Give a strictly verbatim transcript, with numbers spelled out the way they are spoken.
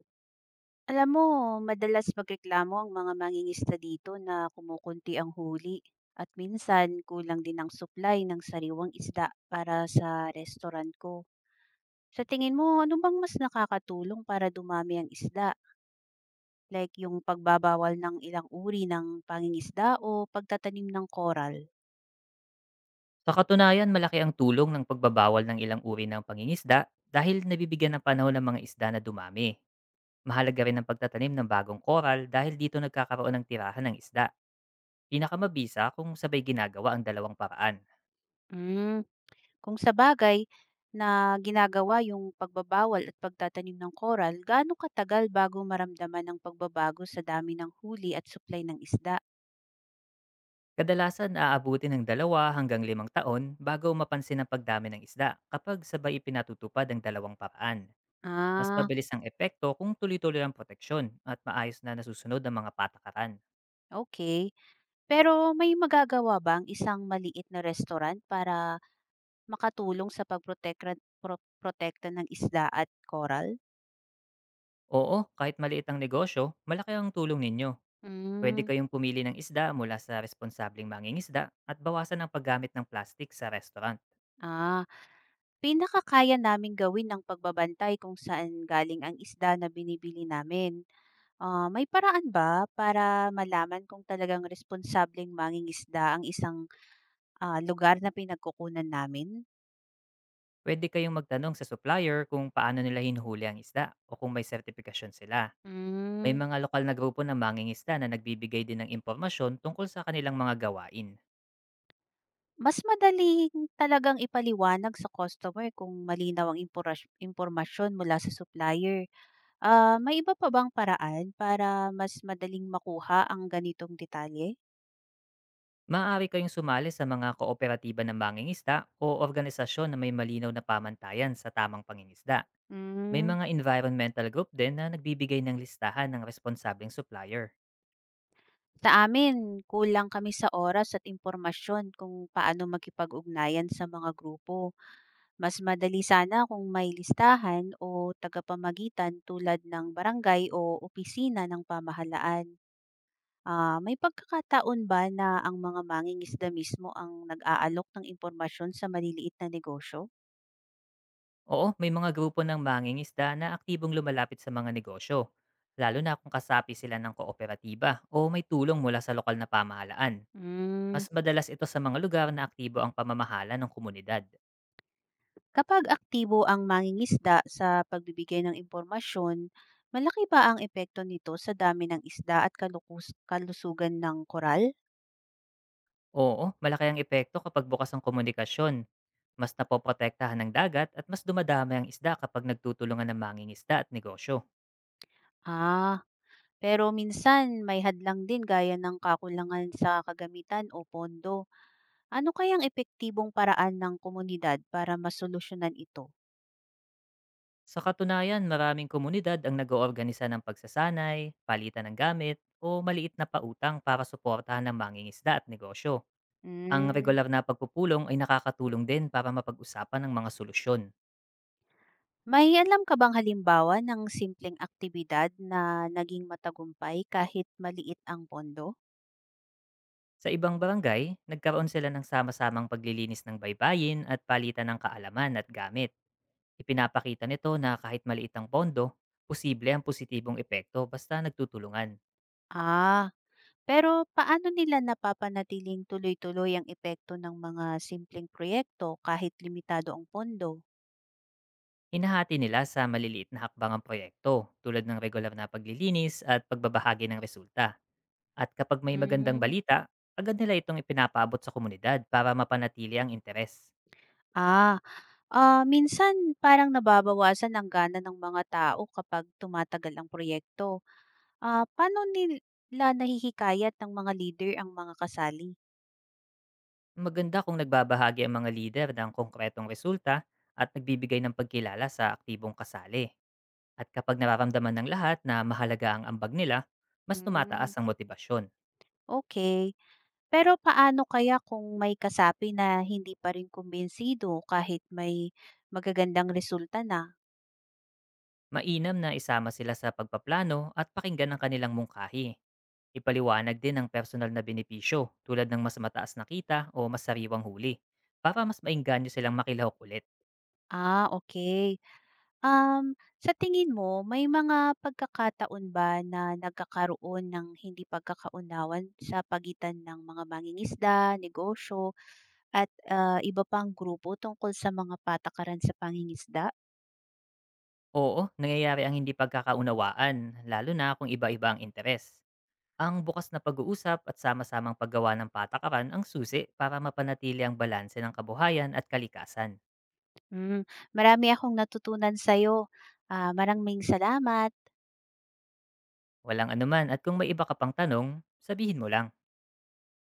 Alam mo, madalas magreklamo ang mga mangingisda dito na kumukunti ang huli at minsan kulang din ang supply ng sariwang isda para sa restaurant ko. Sa tingin mo, ano bang mas nakakatulong para dumami ang isda? Like yung pagbabawal ng ilang uri ng pangingisda o pagtatanim ng coral? Sa katunayan, malaki ang tulong ng pagbabawal ng ilang uri ng pangingisda dahil nabibigyan ng panahon ng mga isda na dumami. Mahalaga rin ang pagtatanim ng bagong koral dahil dito nagkakaroon ng tirahan ng isda. Pinakamabisa kung sabay ginagawa ang dalawang paraan. Kung sa bagay na ginagawa yung pagbabawal at pagtatanim ng koral, gaano katagal bago maramdaman ng pagbabago sa dami ng huli at supply ng isda? Kadalasan aabuti ng dalawa hanggang limang taon bago mapansin ang pagdami ng isda kapag sabay ipinatutupad ang dalawang paraan. Mas Ah, mabilis ang epekto kung tuloy-tuloy ang proteksyon at maayos na nasusunod ang mga patakaran. okay. Pero may magagawa ba ang isang maliit na restaurant para makatulong sa pagprotekta pro- protekta ng isda at koral? Oo, kahit maliit ang negosyo, malaki ang tulong ninyo. Pwede Mm, kayong pumili ng isda mula sa responsabling mangingisda at bawasan ang paggamit ng plastic sa restaurant. ah, pinakakaya naming gawin ang pagbabantay kung saan galing ang isda na binibili namin. Ah, may paraan ba para malaman kung talagang responsableng mangingisda ang isang, ah, lugar na pinagkukunan namin? Pwede kayong magtanong sa supplier kung paano nila hinuhuli ang isda o kung may sertifikasyon sila. May Hmm. mga lokal na grupo ng mangingisda na nagbibigay din ng impormasyon tungkol sa kanilang mga gawain. Mas madaling talagang ipaliwanag sa customer kung malinaw ang imporasy impormasyon mula sa supplier. Ah, may iba pa bang paraan para mas madaling makuha ang ganitong detalye? Maaari kayong sumali sa mga kooperatiba ng mangingisda o organisasyon na may malinaw na pamantayan sa tamang pangingisda. May Hmm. mga environmental group din na nagbibigay ng listahan ng responsabling supplier. Sa amin, kulang kami sa oras at impormasyon kung paano makipag-ugnayan sa mga grupo. Mas madali sana kung may listahan o tagapamagitan tulad ng barangay o opisina ng pamahalaan. Ah, may pagkakataon ba na ang mga mangingisda mismo ang nag-aalok ng impormasyon sa maliliit na negosyo? Oo, may mga grupo ng mangingisda na aktibong lumalapit sa mga negosyo, lalo na kung kasapi sila ng kooperatiba o may tulong mula sa lokal na pamahalaan. Mas Mm, madalas ito sa mga lugar na aktibo ang pamamahala ng komunidad. kapag aktibo ang mangingisda sa pagbibigay ng impormasyon, malaki ba ang epekto nito sa dami ng isda at kalukus- kalusugan ng koral? Oo, malaki ang epekto kapag bukas ang komunikasyon. Mas napoprotektahan ng dagat at mas dumadami ang isda kapag nagtutulungan ng mangingisda at negosyo. Ah, pero minsan may hadlang din gaya ng kakulangan sa kagamitan o pondo. Ano kayang epektibong paraan ng komunidad para masolusyonan ito? Sa katunayan, maraming komunidad ang nag-oorganisa ng pagsasanay, palitan ng gamit, o maliit na pautang para suportahan ng mangingisda at negosyo. Ang Hmm. regular na pagpupulong ay nakakatulong din para mapag-usapan ng mga solusyon. May alam ka bang halimbawa ng simpleng aktibidad na naging matagumpay kahit maliit ang pondo? Sa ibang barangay, nagkaroon sila ng sama-samang paglilinis ng baybayin at palitan ng kaalaman at gamit. Ipinapakita nito na kahit maliit ang pondo, posible ang positibong epekto basta nagtutulungan. Ah, pero paano nila napapanatiling tuloy-tuloy ang epekto ng mga simpleng proyekto kahit limitado ang pondo? Hinahati nila sa maliliit na hakbang ang proyekto tulad ng regular na paglilinis at pagbabahagi ng resulta. At kapag may magandang Hmm. balita, agad nila itong ipinapaabot sa komunidad para mapanatili ang interes. Ah, ah, Minsan parang nababawasan ang gana ng mga tao kapag tumatagal ang proyekto. Ah, paano nila nahihikayat ng mga leader ang mga kasali? Maganda kung nagbabahagi ang mga lider ng konkretong resulta at nagbibigay ng pagkilala sa aktibong kasali. At kapag nararamdaman ng lahat na mahalaga ang ambag nila, mas tumataas Hmm, ang motibasyon. okay. Pero paano kaya kung may kasapi na hindi pa rin kumbinsido kahit may magagandang resulta na? Mainam na isama sila sa pagpaplano at pakinggan ang kanilang mungkahi. Ipaliwanag din ang personal na benepisyo tulad ng mas mataas na kita o mas sariwang huli para mas mainganyo silang makilahok ulit. Ah, okay. Um, sa tingin mo may mga pagkakataon ba na nagkakaroon ng hindi pagkakaunawan sa pagitan ng mga mangingisda, negosyo at, ah, iba pang grupo tungkol sa mga patakaran sa pangingisda? Oo, nangyayari ang hindi pagkakaunawaan, lalo na kung iba-iba ang interes. Ang bukas na pag-uusap at sama-samang paggawa ng patakaran ang susi para mapanatili ang balanse ng kabuhayan at kalikasan. Hmm, marami akong natutunan sa'yo. Ah, maraming salamat. Walang anuman at kung may iba ka pang tanong, sabihin mo lang.